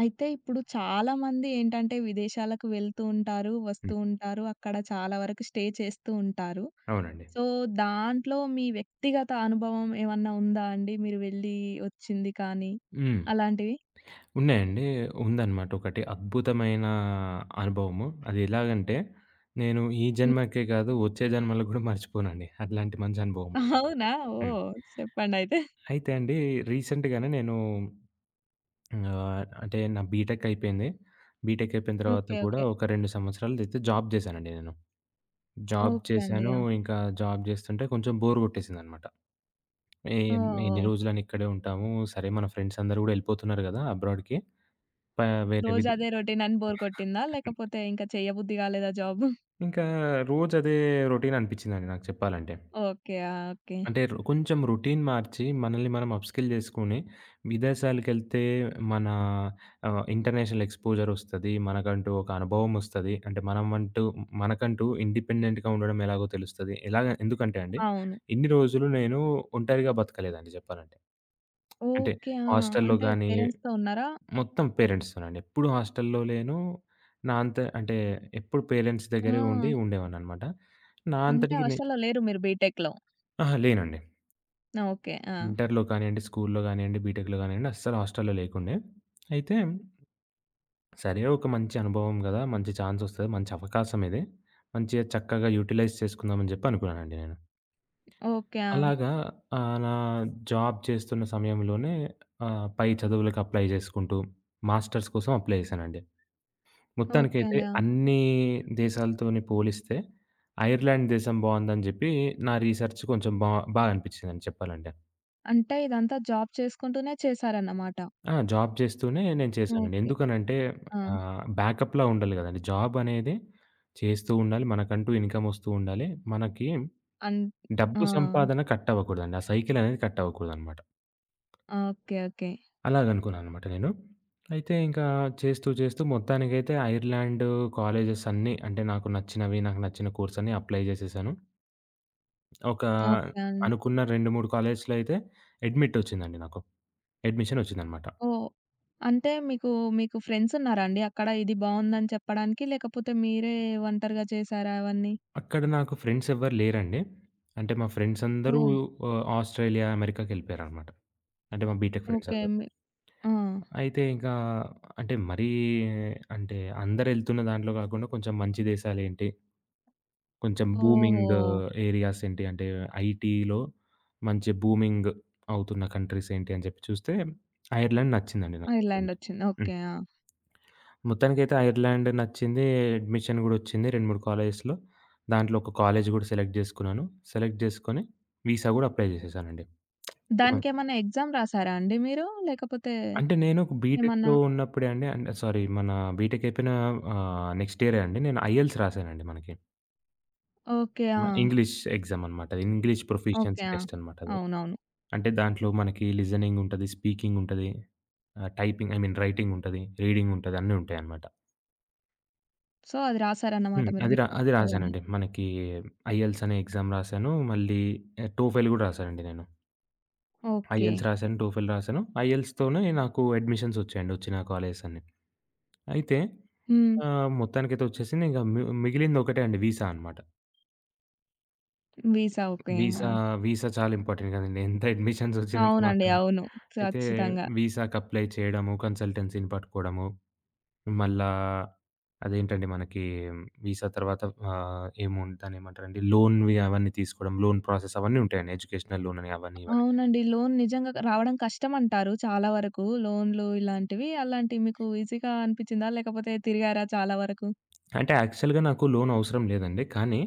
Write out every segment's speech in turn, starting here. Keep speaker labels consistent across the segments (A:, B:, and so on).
A: అయితే ఇప్పుడు చాలామంది ఏంటంటే విదేశాలకు వెళ్తూ ఉంటారు,
B: హ్మ్.
A: వస్తూ ఉంటారు. అక్కడ చాలా వరకు స్టే చేస్తూ ఉంటారు.
B: అవునండి.
A: సో, దాంట్లో మీ వ్యక్తిగత అనుభవం ఏమన్నా ఉందా అండి? మీరు వెళ్ళి వచ్చింది కానీ
B: హ్మ్.
A: అలాంటివి?
B: ఉన్నాయండి. ఉందనమాట ఒకటి అద్భుతమైన అనుభవము. అది ఎలాగంటే, నేను ఈ
A: హ్మ్.
B: జన్మకే కాదు వచ్చే జన్మలో గూడా మర్చిపోనండి. అట్లాంటి మంచి అనుభవం అది.
A: అవునా?
B: హ్మ్.
A: ఓహ్! చెప్పండయితే.
B: అయితే అండి రీసెంట్‌గానే నేను అంటే నా బీటెక్ అయిపోయింది. బీటెక్ అయిపోయిన తర్వాత
A: ఓకే.
B: కూడా
A: ఓకే.
B: ఒక 2 సంవత్సరాలైతే జాబ్ చేశానండి నేను. జాబ్
A: ఓకే అండి.
B: చేశాను.
A: ఆ!
B: ఇంకా జాబ్ చేస్తుంటే కొంచెం బోర్ కొట్టేసిందనమాట. ఏ
A: ఓహ్!
B: ఎన్ని
A: ఓహ్!
B: రోజులని ఇక్కడే ఉంటాము. సరే మన ఫ్రెండ్స్ అందరూ గూడా ఎళ్ళిపోతున్నారు గదా! అబ్రాడ్‌కి. ప వేరే
A: రోజు
B: విధి
A: అదే రొటీన్ అని బోర్ కొట్టిందా? లేకపోతే ఇంకా చేయబుద్ధి కాలేదా జాబు?
B: ఇంకా రోజు అదే రొటీన్ అనిపించిందండి నాకు చెప్పాలంటే.
A: ఓకే. ఆ! ఓకే.
B: అంటే కొంచెం రొటీన్ మార్చి మనల్ని మనం అప్‌స్కిల్ చేసుకొని విదేశాలకెళ్తే మన ఇంటర్నేషనల్ ఎక్స్‌పోజర్ వస్తది. మనకంటూ ఒక అనుభవం వస్తది. అంటే మనం అంటూ మనకంటూ ఇండిపెండెంట్‌గా ఉండడం ఎలాగో తెలుస్తది. ఎందుకంటే అండి
A: అవును.
B: ఇన్ని రోజులు నేను ఒంటరిగా బతకలేదండి చెప్పాలంటే. అంటే
A: ఓకే. ఆ!
B: హాస్టల్‌లో
A: అంటే
B: గాని
A: పేరెంట్స్‌తో ఉన్నారా?
B: మొత్తం పేరెంట్స్‌తోనండి. ఎప్పుడు హాస్టల్‌లో లేను. నా అంత అంటే ఎప్పుడు పేరెంట్స్
A: ఆ!
B: దగ్గరే ఉండి ఉండేవాడిననమాట. నా
A: అంటే
B: అంతటికి నే
A: హాస్టల్‌లో లేరు మీరు బీటెక్‌లో.
B: అహా! లేనండి.
A: ఓకే. ఆ!
B: ఇంటర్‌లో కానియండి, స్కూల్‌లో గానియండి, బీటెక్‌లో గానియండి అస్సలు హాస్టల్‌లో లేకుండే. అయితే సరే ఒక మంచి అనుభవం గదా! మంచి ఛాన్స్ ఒస్తది. మంచి అవకాశం ఇది. మంచిగా చక్కగా యుటిలైజ్ చేసుకుందామని జెప్పి అనుకున్నానండి నేను.
A: ఓకే. ఆ!
B: అలాగా, నా జాబ్ చేస్తున్న సమయంలోనే పై చదువులకు అప్లై జేసుకుంటూ మాస్టర్స్ కోసం అప్లై జేశానండి.
A: ఓకే
B: మొత్తానికైతే
A: అండి. ఆ!
B: అన్నీ దేశాలతోని పోలిస్తే ఐర్లాండ్ దేశం బావుందని జెప్పి నా రీసెర్చ్ కొంచెం బా బా అనిపిచ్చిందండి చెప్పాలంటే.
A: అంటే ఇదంతా జాబ్ చేసుకుంటూనే చేశారన్నమాట.
B: ఆ! జాబ్ చేస్తూనే నేను చేశానండి.
A: ఓకే.
B: ఎందుకనంటే
A: ఆ!
B: బ్యాకప్‌లా ఉండాలి గదండీ. జాబ్ అనేది చేస్తూ ఉండాలి. మనకంటూ ఇన్‌కమ్ ఒస్తూ ఉండాలి. మనకి
A: అన్ ఆ!
B: డబ్బు సంపాదన కట్ అవ్వకూడదండి. ఆ సైకిల్ అనేది కట్ అవ్వకూడదనమాట.
A: ఓకే. ఓకే.
B: అలాగనుకున్నాననమాట నేను. అయితే ఇంకా చేస్తూ చేస్తూ మొత్తానికైతే ఐర్లాండ్ కాలేజెస్ అన్నీ అంటే నాకు నచ్చినవి, నాకు నచ్చిన కోర్సన్నీ అప్లై జేసేసాను. ఒక
A: ఓకే.
B: అనుకున్న 2, 3 కాలేజ్‌లో అయితే అడ్మిట్ వచ్చిందండి నాకు. అడ్మిషన్ వచ్చిందనమాట.
A: ఓహ్! అంటే మీకు, మీకు ఫ్రెండ్స్ ఉన్నారా అండి అక్కడ? ఇది బావుందని చెప్పడానికి? లేకపోతే మీరే ఒంటరిగా చేసారా అవన్నీ?
B: అక్కడ నాకు ఫ్రెండ్స్ ఎవ్వరు లేరండి. అంటే మా ఫ్రెండ్స్ అందరూ
A: ఓహ్!
B: ఆస్ట్రేలియా, అమెరికాకెళ్ళిపోయారనమాట. అంటే మా బీటెక్ ఫ్రెండ్స్
A: ఓకే.
B: అందరూ.
A: ఆ!
B: అయితే ఇంకా, అంటే మరీ, అంటే అందరెళ్తున్న దాంట్లో కాకుండా కొంచెం మంచి దేశాలేంటి, కొంచెం
A: ఓహో!
B: బూమింగ్ ఏరియాస్ ఏంటి అంటే ఐటీలో మంచి బూమింగ్ అవుతున్న కంట్రీస్ ఏంటి అని చెప్పి చూస్తే ఐర్లాండ్ నచ్చిందండి నాకు చెప్పాలంటే.
A: ఐర్లాండొచ్చింది. ఓకే. ఆ!
B: మొత్తానికైతే ఐర్లాండ్ నచ్చింది. అడ్మిషన్ గూడొచ్చింది 2, 3 కాలేజెస్‌లో. దాంట్లో ఒక కాలేజ్ గూడా సెలెక్ట్ జేసుకున్నాను. సెలెక్ట్ జేసుకొని వీసా గూడా అప్లై జేసేసానండి. హ్మ్.
A: దానికేమన్నా ఎగ్జామ్ రాసారా అండి మీరు? లేకపోతే
B: అంటే నేను
A: ఏమన్నా
B: బీటెక్‌లో ఉన్నప్పుడే అండి, అంటే సారీ మన బీటెక్ అయిపోయిన నెక్స్ట్ ఇయరే అండి నేను ఐఎల్టీఎస్ రాసానండి మనకి.
A: ఓకే. ఆ!
B: ఇంగ్లీష్ ఎగ్జామ్ అనమాట. English proficiency
A: okay. ఆ!
B: టెస్ట్ అనమాట అది.
A: అవునవును.
B: అంటే దాంట్లో మనకి లిజనింగ్ ఉంటది, స్పీకింగ్ ఉంటది, టైపింగ్ ఐ మీన్ రైటింగ్ ఉంటది, రీడింగ్ ఉంటది అన్నీ ఉంటాయన్నమాట.
A: సో, అది రాసారన్నమాట
B: హ్మ్.
A: మీరు
B: అది
A: బీటెక్ అవ్వగానే.
B: రాశానండి. మనకి ఐఎల్స్ అనే ఎగ్జామ్ రాశాను. మళ్ళీ టోఫెల్ గూడా రాశానండి నేను.
A: ఓకే.
B: ఐఎల్స్ రాశాను, టోఫెల్ రాశాను. ఐఎల్స్‌తోనే నాకు అడ్మిషన్స్ వచ్చాయండి. వచ్చిన కాలేజెస్ అన్నీ. అయితే
A: హ్మ్.
B: మొత్తానికైతే వచ్చేసింది. ఇంక మిగిలింది ఒకటే అండి వీసా అనమాట.
A: Visa okay. ఆ!
B: వీసా, వీసా చాలా ఇంపార్టెంట్ కదండీ. ఎంత అడ్మిషన్స్ వచ్చినంత
A: అవునండి.
B: మాత్రాన.
A: అవును.
B: అయితే
A: ఖచ్చితంగా.
B: వీసాకి అప్లై చేయడము, కన్సల్టెన్సీని పట్టుకోవడము, మళ్ళా అదేంటండి మనకి వీసా తర్వాత ఏమో దాన్నేమంటారండి లోన్‌వి అవన్నీ తీసుకోవడం, లోన్ ప్రాసెస్ అవన్నీ ఉంటాయండి. ఎడ్యుకేషనల్ లోన్ అని అవన్నీ ఇవన్నీ.
A: అవునండి. లోన్ నిజంగా రావడం కష్టమంటారు చాలా వరకు. లోన్‌లు ఇలాంటివి. అలాంటివి మీకు ఈజీగా అనిపిచ్చిందా? లేకపోతే తిరిగారా చాలా వరకు?
B: అంటే యాక్చువల్‌గా నాకు లోన్ అవసరం లేదండి. కానీ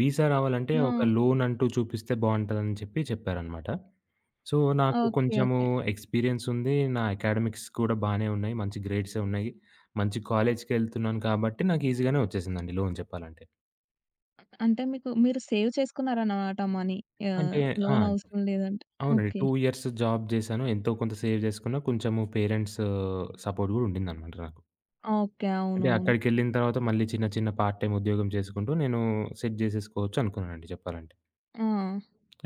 B: వీసా రావాలంటే
A: ఆ!
B: ఒక లోన్ అంటూ చూపిస్తే బావుంటదని చెప్పి చెప్పారనమాట. సో, నాకు
A: ఓకే.
B: కొంచెము
A: ఓకే.
B: ఎక్స్‌పీరియన్స్ ఉంది. నా అకాడమిక్స్ కూడా బానే ఉన్నాయి. మంచి గ్రేడ్సే ఉన్నాయి. మంచి కాలేజ్‌కెళ్తున్నాను కాబట్టి నాకు ఈజీగానే వచ్చేసిందండి లోన్ చెప్పాలంటే.
A: అంటే మీకు మీరు సేవ్ చేసుకున్నారన్నమాట మనీ.
B: అంటే,
A: ఆహ్,
B: ఆ!
A: లోన్ అవసరం లేదంటే.
B: అవునండి.
A: ఓకే.
B: 2 ఇయర్స్ జాబ్ జేశాను. ఎంతో కొంత సేవ్ జేసుకున్నా, కొంచెము పేరెంట్స్ సపోర్ట్ గూడా ఉండిందనమాట నాకు.
A: ఓకే.
B: అంటే
A: అవునవును.
B: అక్కడికెళ్ళిన తర్వాత మళ్ళీ చిన్న చిన్న పార్ట్ టైమ్ ఉద్యోగం చేసుకుంటూ నేను సెట్ జేసేసుకోవచ్చు అనుకున్నానండి జెప్పాలంటే.
A: ఆ!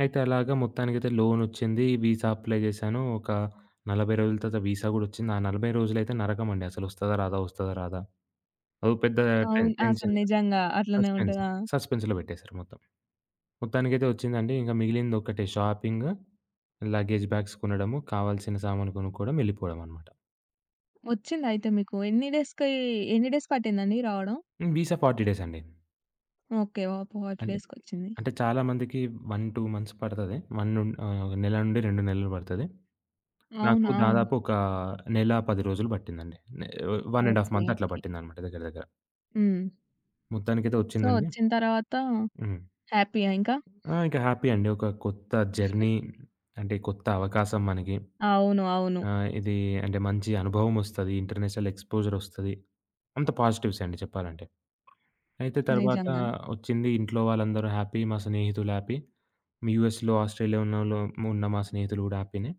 B: అయితే అలాగా మొత్తానికైతే లోనొచ్చింది. వీసా అప్లై జేశాను. ఒక 40 రోజుల తర్వాత వీసా గూడా ఒచ్చింది. ఆ 40 రోజులైతే నరకమండి. అసలు ఒస్తదా? రాదా? ఒస్తదా? రాదా? అదో పెద్ద
A: అవును. అసలు
B: టెన్షన్.
A: నిజంగా అట్లనే
B: సస్పెన్స్.
A: ఉంటది. ఆ!
B: సస్పెన్స్‌లో బెట్టేసారు మొత్తం. మొత్తానికైతే వచ్చిందండి. ఇంక మిగిలిందొక్కటే షాపింగ్, లగేజ్ బ్యాగ్స్ కొనడము, కావాల్సిన సామాను కొనుక్కోవడం, వెళ్ళిపోవడం అనమాట.
A: వచ్చిందయితే మీకు. ఎన్ని డేస్‌కి ఎన్ని డేస్ పట్టిందండి రావడం?
B: హ్మ్. వీసా 40 డేస్ అండి.
A: ఓకే. ఒక 40
B: అంటే,
A: డేస్‌కొచ్చింది.
B: అంటే, చాలా మందికి 1, 2 మంత్స్ పడతది. 1 నుం నెల నుండి 2 నెలలు పడతది. నాకు
A: అవునా?
B: దాదాపు ఒక నెల 10 రోజులు పట్టిందండి. 1 ½
A: ఓకే.
B: మంత్ అట్లా
A: ఓకే.
B: పట్టిందనమాట దగ్గర దగ్గర.
A: హ్మ్.
B: మొత్తానికైతే
A: సో,
B: వచ్చిందండి.
A: వచ్చిన తర్వాత
B: హ్మ్.
A: హ్యాపీయా ఇంకా?
B: ఆ! ఇంక హ్యాపీ అండి. ఒక కొత్త జర్నీ అంటే కొత్త అవకాశం మనకి.
A: అవును. అవును.
B: ఇది అంటే మంచి అనుభవం ఒస్తది. ఇంటర్నేషనల్ ఎక్స్‌పోజర్ ఒస్తది. అంత పాజిటివ్సే అండి చెప్పాలంటే. అయితే తర్వాత
A: నిజంగానే.
B: ఒచ్చింది, ఇంట్లో వాళ్ళందరూ హ్యాపీ. మా స్నేహితులు హ్యాపీ. మీ యూఎస్‌లో, ఆస్ట్రేలియా ఉన్నోళ్ళు ఉన్న మా స్నేహితులు గూడా హ్యాపీనే.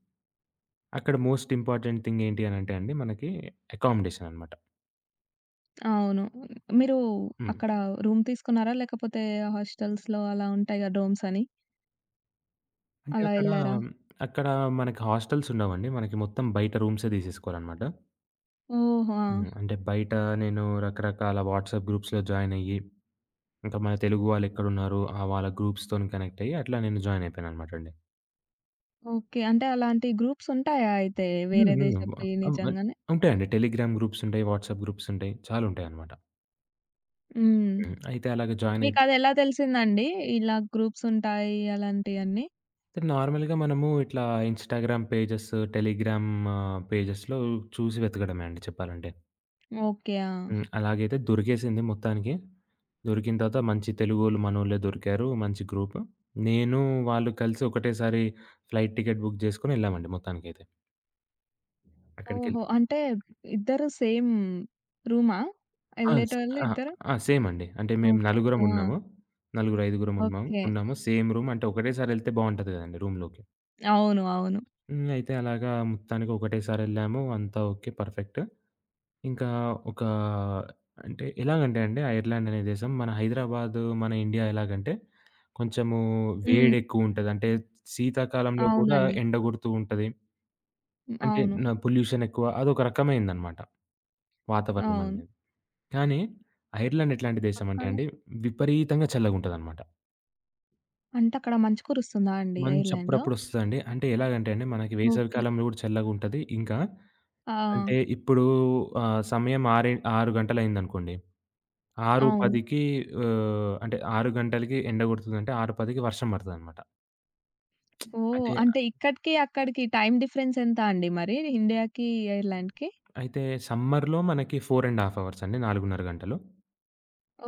B: అక్కడ మోస్ట్ ఇంపార్టెంట్ థింగ్ ఏంటి అనంటే అండి మనకి అకామిడేషన్ అనమాట.
A: అవును. మీరు
B: హ్మ్.
A: అక్కడ రూమ్ తీసుకున్నారా? లేకపోతే హాస్టల్స్‌లో అలా ఉంటాయి కదా! డోమ్స్ అని.
B: అంటే
A: అలా
B: అక్కడ,
A: ఎళ్లారా?
B: అక్కడ మనకి హాస్టల్స్ ఉండవండి. మనకి మొత్తం బయట రూమ్సే తీసేసుకోవాలనమాట.
A: ఓహో!
B: హ్మ్.
A: ఆ!
B: అంటే బయట నేను రకరకాల వాట్సాప్ గ్రూప్స్‌లో జాయిన్ అయ్యి, ఇంకా మన తెలుగు వాళ్ళెక్కడున్నారు? ఆ వాళ్ళ గ్రూప్స్‌తోని కనెక్ట్ అయ్యి అట్లా నేను జాయిన్ అయిపోయాననమాటండి.
A: ఓకే. అంటే అలాంటి గ్రూప్స్ ఉంటాయా అయితే
B: హ్మ్.
A: వేరే
B: హ్మ్.
A: దేశపుయి
B: అవ్ అవ్
A: నిజంగానే?
B: ఉంటాయండి. టెలిగ్రామ్ గ్రూప్స్ ఉంటాయి. వాట్సాప్ గ్రూప్స్ ఉంటాయి. చాలా ఉంటాయన్నమాట.
A: హ్మ్.
B: హ్మ్. అయితే అలాగే జాయిన్ అయిపోయి
A: మీకదెలా తెలిసిందండి? ఇలా గ్రూప్స్ ఉంటాయి అలాంటియన్నీ?
B: నార్మల్‌గా మనము ఇట్లా ఇన్‌స్టాగ్రామ్ పేజెస్, టెలిగ్రామ్ పేజెస్‌లో చూసి వెతకడమే అండి చెప్పాలంటే.
A: ఓకే. ఆ!
B: హ్మ్. అలాగైతే దొరికేసింది మొత్తానికి. దొరికిన తర్వాత మంచి తెలుగోళ్ళు మనోళ్ళే దొరికారు. మంచి గ్రూప్. నేను వాళ్ళు కలిసి ఒకటేసారి ఫ్లైట్ టికెట్ బుక్ జేసుకొని ఎళ్ళామండి మొత్తానికైతే. అక్కడికెళ్ళి
A: ఓహో! అంటే ఇద్దరు సేమ్ రూమా?
B: ఆ! స్
A: ఎళ్ళేటోళ్ళు
B: ఆ!
A: ఇద్దరు?
B: ఆ! సేమ్ అండి. అంటే మేము
A: ఓకే.
B: నలుగురం
A: ఆ!
B: ఉన్నాము. నలుగురు, ఐదుగురం ఉన్నాము.
A: ఓకే.
B: సేమ్ రూమ్ అంటే ఒకటేసారి ఎళ్తే బావుంటది గదండీ రూమ్‌లోకి.
A: అవును. అవును.
B: హ్మ్. అయితే అలాగా మొత్తానికి ఒకటేసారి ఎళ్ళాము. అంతా ఓకే. పర్ఫెక్ట్. ఇంకా ఒక అంటే ఎలాగంటే అండి, ఆ ఐర్లాండ్ అనే దేశం మన హైదరాబాద్, మన ఇండియా ఎలాగంటే కొంచెము
A: హ్మ్.
B: వేడెక్కువుంటది. అంటే శీతాకాలంలో గూడా
A: అవునండి.
B: ఎండ గొడుతూ ఉంటది.
A: హ్మ్.
B: అంటే
A: అవును.
B: న పొల్యూషన్ ఎక్కువ. అదొక రకమైనదనమాట వాతావరణం
A: అవును.
B: అనేది. కానీ, ఐర్లాండ్ ఎట్లాంటి దేశం అంటే
A: అక్కడ
B: అండి, విపరీతంగా చల్లగుంటదనమాట.
A: అంటే అక్కడ మంచు కురుస్తుందా అండి
B: మంచు
A: ఐర్లాండ్‌లో?
B: అప్పుడప్పుడొస్తదండి. అంటే ఎలాగంటే అండి, మనకి వేసవి
A: ఓకే.
B: కాలంలో గూడా చల్లగుంటది. ఇంకా
A: ఆ!
B: అంటే ఇప్పుడు సమయం 6 గంటలయిందనుకోండి.
A: అవును.
B: 6:10కి అంటే 6 గంటలకి ఎండ గొడుతుందంటే, 6:10కి వర్షం బడతదనమాట.
A: ఓహ్!
B: అంటే
A: అంటే ఇక్కడికి, అక్కడికి టైమ్ డిఫరెన్స్ ఎంత అండి మరి ఇండియాకి, ఐర్లాండ్‌కి?
B: అయితే సమ్మర్‌లో మనకి 4 ½ అవర్స్ అండి, 4:30 గంటలు.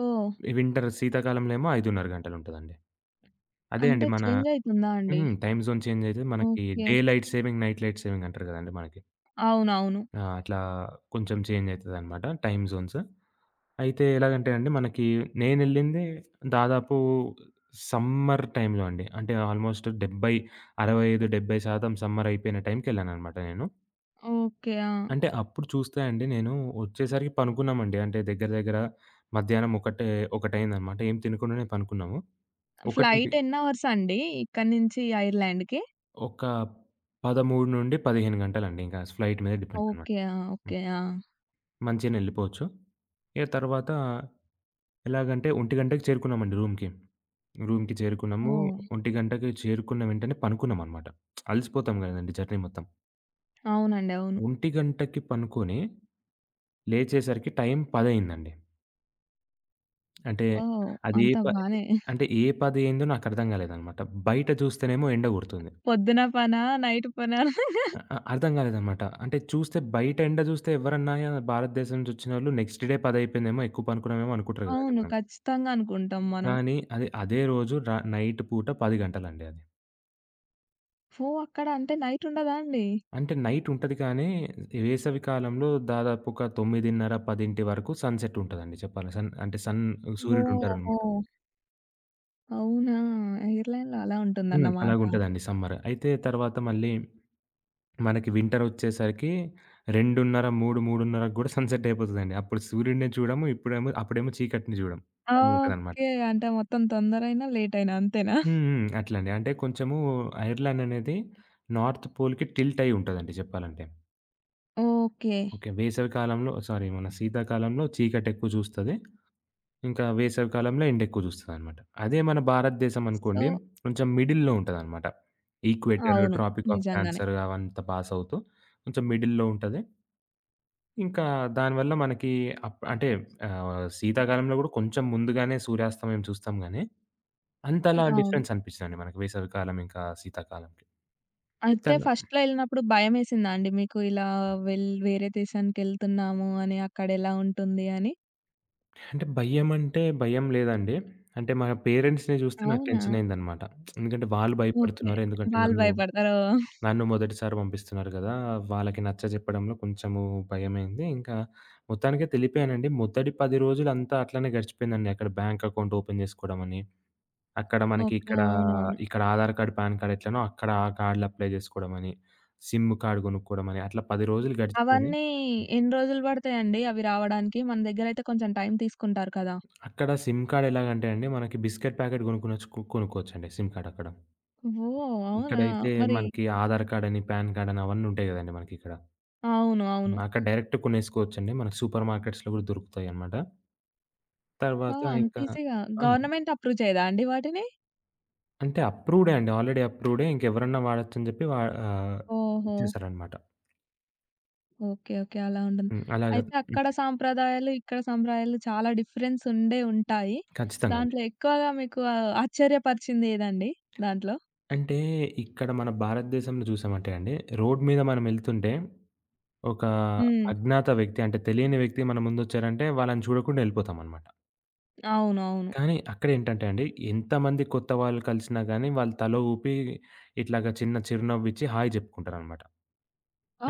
A: ఓహ్!
B: ఈ వింటర్ శీతాకాలంలో ఏమో 5:30 గంటలుంటదండి. అదే అండి
A: అంటే
B: మన
A: చేంజ్ అయితుందా అండి?
B: హ్మ్. టైమ్ జోన్ చేంజ్ అయితది. మనకి
A: okay.
B: Day light saving, night light saving అంటారు గదండీ మనకి.
A: అవునవును.
B: ఆ! అట్లా కొంచెం చేంజ్ అయితదనమాట టైమ్ జోన్స్. అయితే ఎలాగంటే అండి మనకి నేనెళ్ళింది దాదాపు సమ్మర్ టైమ్‌లో అండి. అంటే ఆల్‌మోస్ట్ 70, 65, 70% సమ్మర్ అయిపోయిన టైంకెళ్ళాననమాట నేను.
A: ఓకే. ఆ!
B: అంటే అప్పుడు చూస్తే అండి నేను వచ్చేసరికి పనుకున్నామండి. అంటే దగ్గర దగ్గర మధ్యాహ్నం ఒకటయిందనమాట. ఏం తినకుండానే పనుకున్నాము. ఒకటింటి
A: ఫ్లైట్ ఎన్ని అవర్స్ అండి ఇక్కడి నుంచి ఐర్లాండ్‌కి?
B: ఒక 13-15 గంటలండి. ఇంకా ఫ్లైట్ మీద డిపెండ్ అనమాట.
A: ఓకే. ఆ!
B: హ్మ్.
A: ఓకే. ఆ!
B: మంచిగానే ఎళ్ళిపోవచ్చు. ఇక తర్వాత ఎలాగంటే 1:00కి చేరుకున్నామండి రూమ్‌కి. రూమ్‌కి చేరుకున్నాము.
A: ఓహ్!
B: 1:00కి చేరుకున్న వెంటనే పనుకున్నామనమాట. అలసిపోతాం గదండీ జర్నీ మొత్తం.
A: అవునండి. అవును.
B: 1:00కి పనుకొని లేచేసరికి టైం 10 అయిందండి. అంటే
A: ఓహ్!
B: అది ఏ
A: అంతా
B: ప
A: బానే
B: అంటే ఏ 10 అయిందో నాకర్థం గాలేదనమాట. బయట చూస్తేనేమో ఎండ గొడుతుంది.
A: పొద్దున పనా? నైట్ పనా?
B: అ అ అర్థం గాలేదనమాట. అంటే చూస్తే బయట ఎండ జూస్తే ఎవరన్నా భారతదేశం నుంచి ఒచ్చినోళ్ళు నెక్స్ట్ డే 10 అయిపోయిందేమో ఎక్కువ పనుకున్నామేమో అనుకుంటారు గదండీ
A: అవును.
B: మనం.
A: ఖచ్చితంగా అనుకుంటాం మనం.
B: కానీ అది అదే రోజు నైట్ పూట 10 గంటలండి అది.
A: ఓహ్! అక్కడ అంటే నైట్ ఉండదా అండి?
B: అంటే నైట్ ఉంటది కానీ, వేసవి కాలంలో దాదాపు ఒక 9:30, 10 వరకు సన్‌సెట్ ఉంటదండి చెప్పాలి. సన్ అంటే
A: ఓహో!
B: సూర్యుడుంటారనమాట.
A: అవునా! ఎయిర్‌లైన్‌లో అలా
B: హ్మ్.
A: ఉంటుందన్నమాట.
B: అలాగుంటదండి సమ్మర్. అయితే తర్వాత మళ్ళీ మనకి వింటరొచ్చేసరికి 2:30, 3, 3:30కి గూడా సన్‌సెట్ అయిపోతదండి. అప్పుడు సూర్యుడిని చూడము, ఇప్పుడేమో అప్పుడేమో చీకటిని చూడం. అని ఉంటదనమాట.
A: ఓకే. అంటే మొత్తం తొందరైనా, లేటయినా అంతేనా?
B: హ్మ్. హ్మ్. అట్లండి. అంటే కొంచెము ఐర్లాండ్ అనేది నార్త్ పోల్‌కి టిల్ట్ అయ్యి ఉంటదండి చెప్పాలంటే.
A: ఓకే.
B: ఓకే. వేసవి కాలంలో సారీ మన శీతాకాలంలో చీకటెక్కువ చూస్తది. ఇంకా వేసవికాలంలో ఎండెక్కువ చూస్తదనమాట. అదే మన భారతదేశం
A: సో
B: అనుకోండి కొంచెం మిడిల్‌లో ఉంటదనమాట. ఈక్వేటర్,
A: అవును.
B: ట్రాపిక్ ఆఫ్
A: నిజంగానే.
B: క్యాన్సర్ అవంతా పాస్ అవుతూ కొంచెం మిడిల్‌లో ఉంటది. ఇంకా దానివల్ల మనకి అప్ అంటే శీతాకాలంలో గూడా కొంచెం ముందుగానే సూర్యాస్తమయం చూస్తాం గానీ, అంతలా
A: హ్మ్. అవును.
B: డిఫరెన్స్ అనిపించదండి మనకి వేసవికాలం ఇంకా శీతాకాలంకి.
A: అయితే
B: తను
A: ఫస్ట్‌లో ఎళ్ళినప్పుడు భయమేసిందా అండి మీకు? ఇలా వెల్ వేరే దేశానికెళ్తున్నాము అని, అక్కడెలా ఉంటుంది అని?
B: అంటే భయమంటే భయం లేదండి. అంటే మన పేరెంట్స్‌ని చూస్తే నాకు
A: అవునా?
B: టెన్షన్ అయిందనమాట. ఎందుకంటే వాళ్ళు
A: ఓకే.
B: భయపడుతున్నారు. ఎందుకంటే
A: వాళ్ళు
B: నన్ను
A: భయపడతారు.
B: నన్ను మొదటిసారి పంపిస్తున్నారు గదా! వాళ్ళకి నచ్చజెప్పడంలో కొంచెము భయమైంది. ఇంకా మొత్తానికే తెలిపానండి. మొదటి 10 రోజులంతా అట్లనే గడిచిపోయిందండి. అక్కడ బ్యాంక్ అకౌంట్ ఓపెన్ జేసుకోవడమని, అక్కడ మనకి
A: ఓకే.
B: ఇక్కడ,
A: అవునవును.
B: ఇక్కడ ఆధార్ కార్డ్, పాన్ కార్డ్ ఎట్లనో అక్కడ ఆ కార్డ్‌లు అప్లై జేసుకోవడమని, సిమ్ కార్డ్ గొనుక్కోవడమని అట్లా 10 రోజులు గడిచిపోయినాయి.
A: అవన్నీ ఎన్ని రోజులు పడతాయండి అవి రావడానికి? మన దగ్గరైతే కొంచెం టైం తీసుకుంటారు కదా!
B: అక్కడ సిమ్ కార్డ్ ఎలాగంటే అండి మనకి బిస్కెట్ ప్యాకెట్ కొనుక్కోవచ్చండి సిమ్ కార్డ్ అక్కడ.
A: ఓహ్! అవునా?
B: ఇక్కడైతే
A: మరి
B: మనకి ఆధార్ కార్డ్ అని, పాన్ కార్డ్ అని అవన్నీ ఉంటాయి గదండీ మనకిక్కడ.
A: అవును. అవును.
B: అక్కడ డైరెక్ట్ కొనేసుకోవచ్చండి. మనకు సూపర్ మార్కెట్స్‌లో గూడా దొరుకుతాయన్నమాట.
A: ఆ!
B: తర్వాత
A: అంత
B: ఇంకా
A: ఈజీగా
B: ఆ!
A: గవర్నమెంట్ అప్రూవ్ చేయదా అండి వాటిని?
B: అంటే అప్రూవ్‌డే అండి. ఆల్రెడీ అప్రూవ్‌డే. ఇంకెవరన్నా వాడొచ్చని జెప్పి ఆహ్,
A: ఓహో!
B: ఇచ్చేసారన్నమాట.
A: ఓకే. ఓకే. అలా ఉంటుంది.
B: హ్మ్. అలాగా.
A: అయితే
B: హ్మ్.
A: అక్కడ సాంప్రదాయాలు, ఇక్కడ సాంప్రదాయాలు చాలా డిఫరెన్స్ ఉండే ఉంటాయి.
B: ఖచ్చితంగా అండి.
A: దాంట్లో ఎక్కువగా మీకు ఆశ్చర్యపరిచింది ఏదండి దాంట్లో?
B: అంటే ఇక్కడ మన భారతదేశంలో చూసామంటే అండి, రోడ్ మీద మనమెళ్తుంటే ఒక
A: హ్మ్.
B: అజ్ఞాత వ్యక్తి అంటే తెలియని వ్యక్తి మన ముందొచ్చారంటే వాళ్ళని చూడకుండా ఎళ్ళిపోతామన్నమాట.
A: అవునవును.
B: కానీ అక్కడేంటంటే అండి, ఎంతమంది కొత్త వాళ్ళు కలిసినా గానీ వాళ్ళు తల ఊపి ఇట్లాగా చిన్న చిరునవ్విచ్చి హాయ్ జెప్పుకుంటారన్నమాట.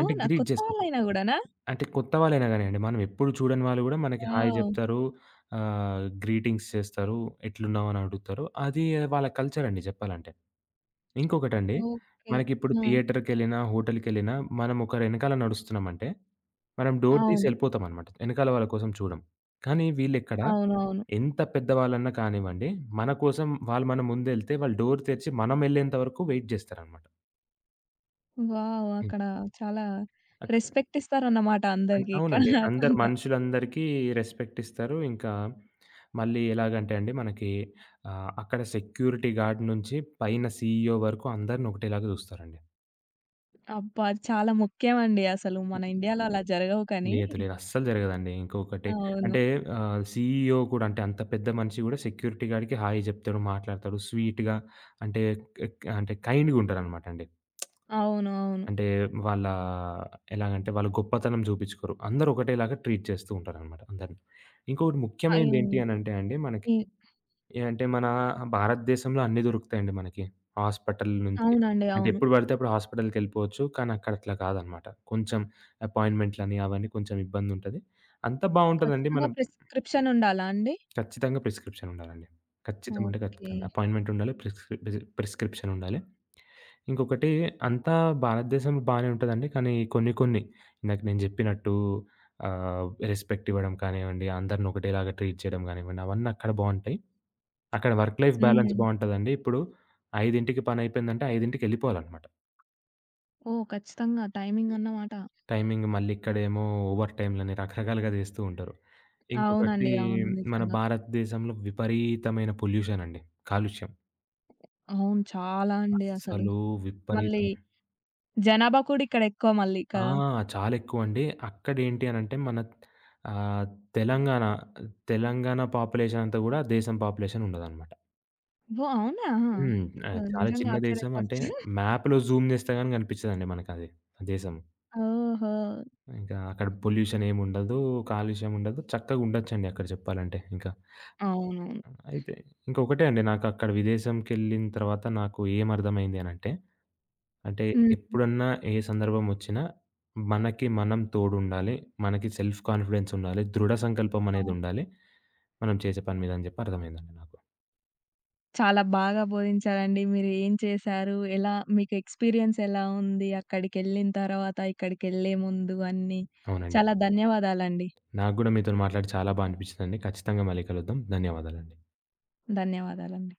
B: అంటే గ్రీట్
A: కొత్త
B: చేసుకుంటాం.
A: వాళ్ళైనా గూడానా?
B: అంటే కొత్త వాళ్ళైనా గానియండి. మనం ఎప్పుడు చూడని వాళ్ళు గూడా మనకి హాయ్
A: వావ్!
B: జెప్తారు. గ్రీటింగ్స్ చేస్తారు. ఎట్లున్నావు అని అడుగుతారు. అది వాళ్ళ కల్చర్ అండి జెప్పాలంటే. ఇంకొకటండి,
A: ఓకే.
B: మనకిప్పుడు
A: ఆ!
B: థియేటర్‌కెళ్ళినా, హోటల్‌కెళ్ళినా మనం ఒకరి ఎనకాల నడుస్తున్నామంటే, మనం డోర్ తీసి
A: అవును.
B: ఎళ్ళిపోతామనమాట. ఎనకాల వాళ్ళ కోసం చూడం. కానీ వీళ్ళెక్కడ
A: అవునవును.
B: ఎంత పెద్దవాళ్ళన్నా కానివ్వండి, మన కోసం వాళ్ళు మన ముందెళ్తే వాళ్ళు డోర్ తెరిచి మనం ఎళ్ళేంత వరకు వెయిట్ జేస్తారనమాట.
A: వావ్!
B: హ్మ్.
A: అక్కడ చాలా
B: అక్కడ
A: రెస్పెక్ట్ ఇస్తారన్నమాట అందరికి ఇక్కడ
B: అవునండి. అందరు
A: కాకుండా.
B: మనుషులందరికీ రెస్పెక్ట్ ఇస్తారు. ఇంకా మళ్ళీ ఎలాగంటే అండి మనకి అక్కడ సెక్యూరిటీ గార్డ్ నుంచి పైన సీఈఓ వరకు అందరిని ఒకటేలాగా చూస్తారండి.
A: అబ్బా! అది చాలా ముఖ్యం అండి అసలు. మన ఇండియాలో అలా జరగవు కానీ.
B: లేదు, లేదు. అస్సలు జరగదండి. ఇంకొకటి
A: అవును.
B: అంటే సీఈఓ కూడా అంటే అంత పెద్ద మనిషి కూడా సెక్యూరిటీ గార్డ్‌కి హాయ్ చెప్తాడు, మాట్లాడతాడు. స్వీట్‌గా అంటే క్ అంటే కైండ్‌గా ఉంటారనమాట అండి.
A: అవును. అవును.
B: అంటే వాళ్ళ ఎలాగంటే వాళ్ళ గొప్పతనం చూపించుకోరు. అందరూ ఒకటేలాగా ట్రీట్ చేస్తూ ఉంటారనమాట అందరిని. ఇంకొకటి
A: అయి
B: ముఖ్యమైనది ఏంటి అనంటే అండి మనకి
A: ఈ
B: ఏ అంటే మన భారతదేశంలో అన్నీ దొరుకుతాయండి మనకి. హాస్పిటల్ నుంచి
A: అవునండి.
B: అంటే
A: అవును.
B: ఎప్పుడు పడితే అప్పుడు హాస్పిటల్‌కెళ్ళిపోవచ్చు. కానీ అక్కడ అట్లా కాదనమాట. కొంచెం అపాయింట్‌మెంట్‌లని అవన్నీ కొంచెం ఇబ్బందుంటది. అంతా బావుంటదండి.
A: ఖచ్చితంగా
B: మనం
A: ప్రిస్క్రిప్షన్ ఉండాలా అండి?
B: ఖచ్చితంగా ప్రిస్క్రిప్షన్ ఉండాలండి. ఖచ్చితం అంటే
A: ఓకే.
B: ఖచ్చితంగా. అపాయింట్‌మెంట్ ఉండాలి. ప్రిస్క్రిప్షన్ ఉండాలి. ఇంకొకటి అంతా భారతదేశంలో బానే ఉంటదండి. కానీ కొన్ని కొన్ని ఇందాక నేను జెప్పినట్టు రెస్పెక్ట్ ఇవ్వడం కానివ్వండి, అందరిని ఒకటేలాగా ట్రీట్ చేయడం గానివ్వండి, అవన్నీ అక్కడ బావుంటాయి. అక్కడ వర్క్ లైఫ్ బ్యాలన్స్
A: హ్మ్.
B: బావుంటదండి. ఇప్పుడు 5:00కి పనయిపోయిందంటే 5:00కి ఎళ్ళిపోవాలనమాట.
A: ఓహ్! ఖచ్చితంగా టైమింగ్ అన్నమాట.
B: టైమింగ్ మళ్ళీ ఇక్కడేమో ఓవర్ టైమ్‌లని రకరకాలుగా జేస్తూ ఉంటారు. ఇంకొకటి
A: అవునండి. అవును.
B: మన
A: నిజంగా.
B: భారతదేశంలో విపరీతమైన పొల్యూషన్ అండి. కాలుష్యం.
A: అవును. చాలా అండి అసలు.
B: అస్సలు
A: మళ్ళీ
B: విపరీతం.
A: జనాభా కూడా ఇక్కడ ఎక్కువ మళ్ళీ
B: ఆ! చాలా ఎక్కువండి. అక్కడేంటి అనంటే మన ఆహ్, తెలంగాణ, తెలంగాణ పాపులేషన్ అంతా గూడా దేశం పాపులేషన్ ఉండదనమాట.
A: ఓహ్! అవునా?
B: హ్మ్.
A: అసలు
B: చాలా
A: నిజంగా
B: చిన్న దేశం. అంటే
A: ఆశ్చర్యపరిచింది.
B: మ్యాప్‌లో జూమ్ జేస్తే గాని గనిపిచ్చదండి మనకది దేశం.
A: ఓహో!
B: ఇంకా అక్కడ పొల్యూషన్ ఏముండదు. కాలుష్యం ఉండదు. చక్కగుండొచ్చండి అక్కడ చెప్పాలంటే ఇంకా.
A: అవునవును.
B: అయితే ఇంకొకటే అండి నాకక్కడ విదేశంకెళ్ళిన తర్వాత నాకు ఏమర్థమైంది అనంటే, అంటే అంటే
A: హ్మ్.
B: ఎప్పుడన్నా ఏ సందర్భం వచ్చినా మనకి మనం తోడుండాలి. మనకి సెల్ఫ్ కాన్ఫిడెన్స్ ఉండాలి. దృఢ సంకల్పం
A: అవును.
B: అనేదుండాలి. మనం చేసే పని మీద అని చెప్పి అర్థమైందండి నాకు.
A: చాలా బాగా బోధించారండి. మీరు ఏం చేశారు? ఎలా మీకు ఎక్స్‌పీరియన్స్ ఎలా ఉంది? అక్కడికెళ్ళిన తర్వాత, ఇక్కడికెళ్ళే ముందు అన్నీ.
B: అవునండి.
A: చాలా ధన్యవాదాలండి.
B: నాకు గూడా మీతోని మాట్లాడి చాలా బా అనిపించిందండి. ఖచ్చితంగా మళ్ళీ కలుద్దాం. ధన్యవాదాలండి.
A: ధన్యవాదాలండి.